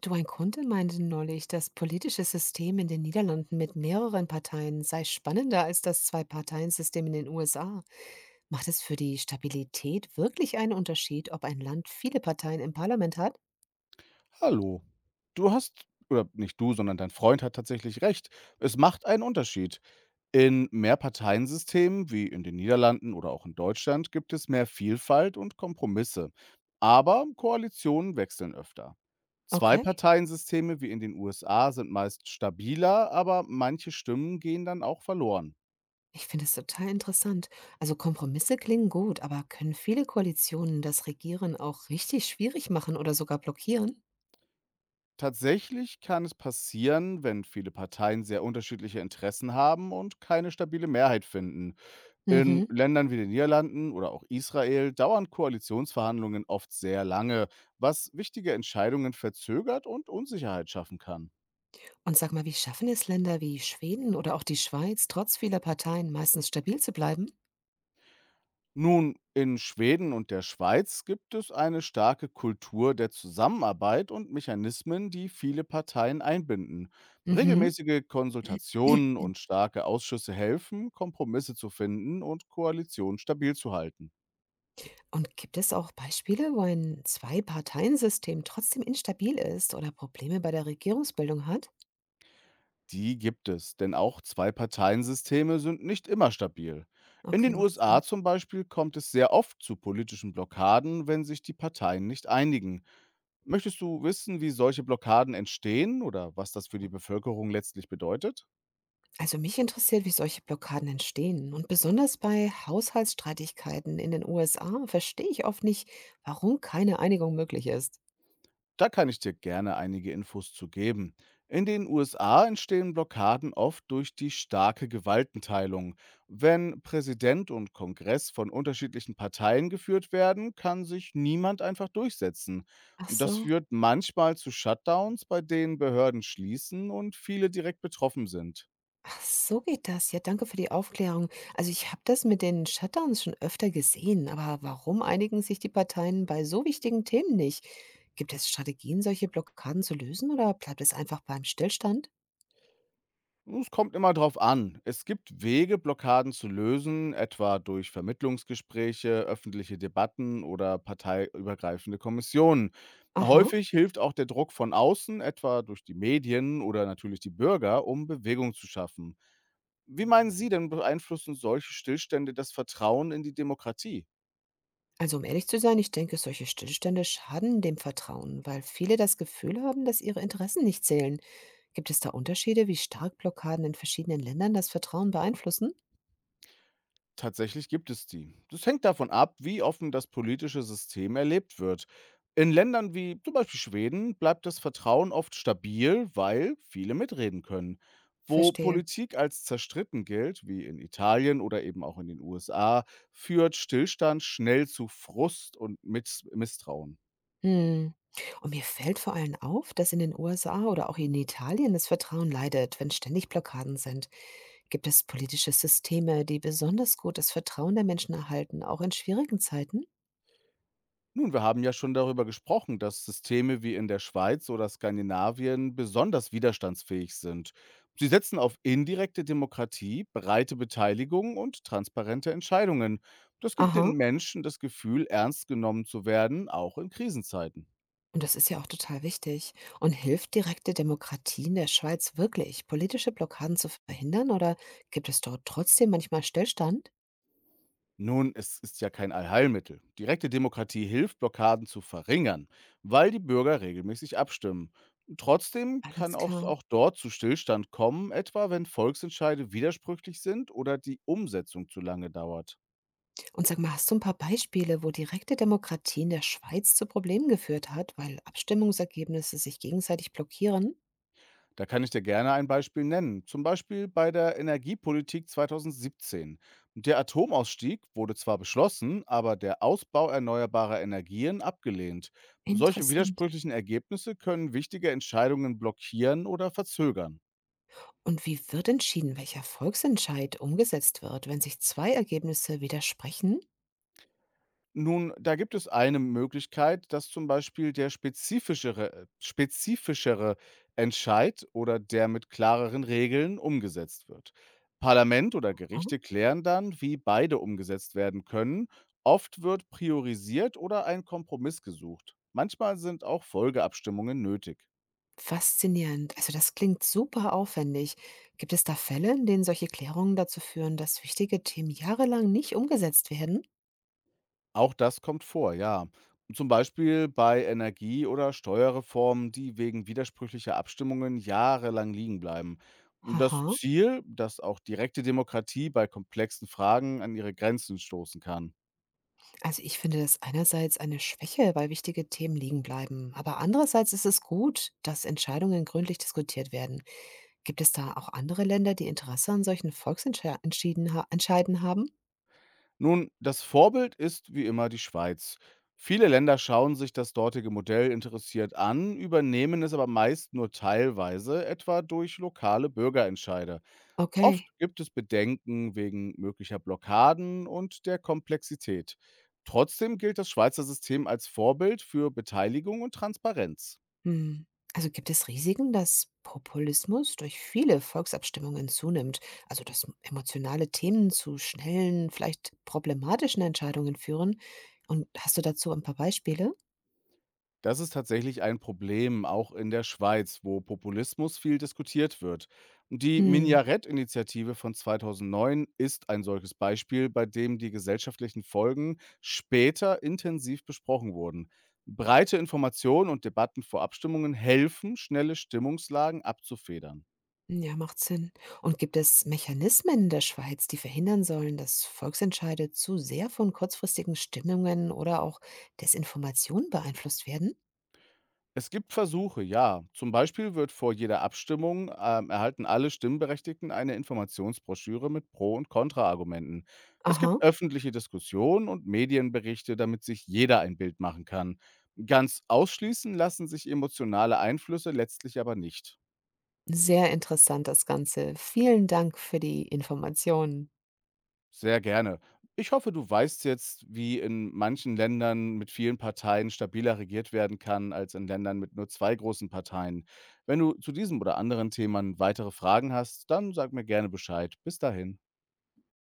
Du, ein Kunde meinte neulich, das politische System in den Niederlanden mit mehreren Parteien sei spannender als das Zwei-Parteien-System in den USA. Macht es für die Stabilität wirklich einen Unterschied, ob ein Land viele Parteien im Parlament hat? Hallo. Du hast, oder nicht du, sondern dein Freund hat tatsächlich recht. Es macht einen Unterschied. In Mehrparteiensystemen wie in den Niederlanden oder auch in Deutschland gibt es mehr Vielfalt und Kompromisse. Aber Koalitionen wechseln öfter. Okay. Zwei-Parteien-Systeme wie in den USA sind meist stabiler, aber manche Stimmen gehen dann auch verloren. Ich finde es total interessant. Also Kompromisse klingen gut, aber können viele Koalitionen das Regieren auch richtig schwierig machen oder sogar blockieren? Tatsächlich kann es passieren, wenn viele Parteien sehr unterschiedliche Interessen haben und keine stabile Mehrheit finden. In Mhm. Ländern wie den Niederlanden oder auch Israel dauern Koalitionsverhandlungen oft sehr lange, was wichtige Entscheidungen verzögert und Unsicherheit schaffen kann. Und sag mal, wie schaffen es Länder wie Schweden oder auch die Schweiz, trotz vieler Parteien meistens stabil zu bleiben? Nun, in Schweden und der Schweiz gibt es eine starke Kultur der Zusammenarbeit und Mechanismen, die viele Parteien einbinden. Mhm. Regelmäßige Konsultationen und starke Ausschüsse helfen, Kompromisse zu finden und Koalitionen stabil zu halten. Und gibt es auch Beispiele, wo ein Zwei-Parteien-System trotzdem instabil ist oder Probleme bei der Regierungsbildung hat? Die gibt es, denn auch Zwei-Parteien-Systeme sind nicht immer stabil. In Okay, den macht Sinn. USA zum Beispiel kommt es sehr oft zu politischen Blockaden, wenn sich die Parteien nicht einigen. Möchtest du wissen, wie solche Blockaden entstehen oder was das für die Bevölkerung letztlich bedeutet? Also mich interessiert, wie solche Blockaden entstehen. Und besonders bei Haushaltsstreitigkeiten in den USA verstehe ich oft nicht, warum keine Einigung möglich ist. Da kann ich dir gerne einige Infos zu geben. In den USA entstehen Blockaden oft durch die starke Gewaltenteilung. Wenn Präsident und Kongress von unterschiedlichen Parteien geführt werden, kann sich niemand einfach durchsetzen. Ach Das so. führt manchmal zu Shutdowns, bei denen Behörden schließen und viele direkt betroffen sind. Ach, so geht das. Ja, danke für die Aufklärung. Also ich habe das mit den Shutdowns schon öfter gesehen, aber warum einigen sich die Parteien bei so wichtigen Themen nicht? Gibt es Strategien, solche Blockaden zu lösen oder bleibt es einfach beim Stillstand? Es kommt immer drauf an. Es gibt Wege, Blockaden zu lösen, etwa durch Vermittlungsgespräche, öffentliche Debatten oder parteiübergreifende Kommissionen. Aha. Häufig hilft auch der Druck von außen, etwa durch die Medien oder natürlich die Bürger, um Bewegung zu schaffen. Wie meinen Sie denn, beeinflussen solche Stillstände das Vertrauen in die Demokratie? Also um ehrlich zu sein, ich denke, solche Stillstände schaden dem Vertrauen, weil viele das Gefühl haben, dass ihre Interessen nicht zählen. Gibt es da Unterschiede, wie stark Blockaden in verschiedenen Ländern das Vertrauen beeinflussen? Tatsächlich gibt es die. Das hängt davon ab, wie offen das politische System erlebt wird. In Ländern wie zum Beispiel Schweden bleibt das Vertrauen oft stabil, weil viele mitreden können. Wo Verstehe. Politik als zerstritten gilt, wie in Italien oder eben auch in den USA, führt Stillstand schnell zu Frust und Misstrauen. Hm. Und mir fällt vor allem auf, dass in den USA oder auch in Italien das Vertrauen leidet, wenn ständig Blockaden sind. Gibt es politische Systeme, die besonders gut das Vertrauen der Menschen erhalten, auch in schwierigen Zeiten? Nun, wir haben ja schon darüber gesprochen, dass Systeme wie in der Schweiz oder Skandinavien besonders widerstandsfähig sind. Sie setzen auf indirekte Demokratie, breite Beteiligung und transparente Entscheidungen. Das gibt den Aha. Menschen das Gefühl, ernst genommen zu werden, auch in Krisenzeiten. Und das ist ja auch total wichtig. Und hilft direkte Demokratie in der Schweiz wirklich, politische Blockaden zu verhindern oder gibt es dort trotzdem manchmal Stillstand? Nun, es ist ja kein Allheilmittel. Direkte Demokratie hilft, Blockaden zu verringern, weil die Bürger regelmäßig abstimmen. Trotzdem kann Alles auch, klar. auch dort zu Stillstand kommen, etwa wenn Volksentscheide widersprüchlich sind oder die Umsetzung zu lange dauert. Und sag mal, hast du ein paar Beispiele, wo direkte Demokratie in der Schweiz zu Problemen geführt hat, weil Abstimmungsergebnisse sich gegenseitig blockieren? Da kann ich dir gerne ein Beispiel nennen. Zum Beispiel bei der Energiepolitik 2017. Der Atomausstieg wurde zwar beschlossen, aber der Ausbau erneuerbarer Energien abgelehnt. Solche Interessant. widersprüchlichen Ergebnisse können wichtige Entscheidungen blockieren oder verzögern. Und wie wird entschieden, welcher Volksentscheid umgesetzt wird, wenn sich zwei Ergebnisse widersprechen? Nun, da gibt es eine Möglichkeit, dass zum Beispiel der spezifischere Entscheid oder der mit klareren Regeln umgesetzt wird. Parlament oder Gerichte klären dann, wie beide umgesetzt werden können. Oft wird priorisiert oder ein Kompromiss gesucht. Manchmal sind auch Folgeabstimmungen nötig. Faszinierend. Also das klingt super aufwendig. Gibt es da Fälle, in denen solche Klärungen dazu führen, dass wichtige Themen jahrelang nicht umgesetzt werden? Auch das kommt vor, ja. Zum Beispiel bei Energie- oder Steuerreformen, die wegen widersprüchlicher Abstimmungen jahrelang liegen bleiben. Das Haha. Ziel, dass auch direkte Demokratie bei komplexen Fragen an ihre Grenzen stoßen kann. Also ich finde das einerseits eine Schwäche, weil wichtige Themen liegen bleiben. Aber andererseits ist es gut, dass Entscheidungen gründlich diskutiert werden. Gibt es da auch andere Länder, die Interesse an solchen Volksentscheiden ha entscheiden haben? Nun, das Vorbild ist wie immer die Schweiz. Viele Länder schauen sich das dortige Modell interessiert an, übernehmen es aber meist nur teilweise, etwa durch lokale Bürgerentscheide. Oft Okay. gibt es Bedenken wegen möglicher Blockaden und der Komplexität. Trotzdem gilt das Schweizer System als Vorbild für Beteiligung und Transparenz. Hm. Also gibt es Risiken, dass Populismus durch viele Volksabstimmungen zunimmt, also dass emotionale Themen zu schnellen, vielleicht problematischen Entscheidungen führen? Und hast du dazu ein paar Beispiele? Das ist tatsächlich ein Problem, auch in der Schweiz, wo Populismus viel diskutiert wird. Die Hm. Minarett-Initiative von 2009 ist ein solches Beispiel, bei dem die gesellschaftlichen Folgen später intensiv besprochen wurden. Breite Informationen und Debatten vor Abstimmungen helfen, schnelle Stimmungslagen abzufedern. Ja, macht Sinn. Und gibt es Mechanismen in der Schweiz, die verhindern sollen, dass Volksentscheide zu sehr von kurzfristigen Stimmungen oder auch Desinformation beeinflusst werden? Es gibt Versuche, ja. Zum Beispiel wird vor jeder Abstimmung erhalten alle Stimmberechtigten eine Informationsbroschüre mit Pro- und Kontraargumenten. Es gibt Aha, öffentliche Diskussionen und Medienberichte, damit sich jeder ein Bild machen kann. Ganz ausschließen lassen sich emotionale Einflüsse letztlich aber nicht. sehr interessant das Ganze. Vielen Dank für die Informationen. Sehr gerne. Ich hoffe, du weißt jetzt, wie in manchen Ländern mit vielen Parteien stabiler regiert werden kann, als in Ländern mit nur zwei großen Parteien. Wenn du zu diesem oder anderen Themen weitere Fragen hast, dann sag mir gerne Bescheid. Bis dahin.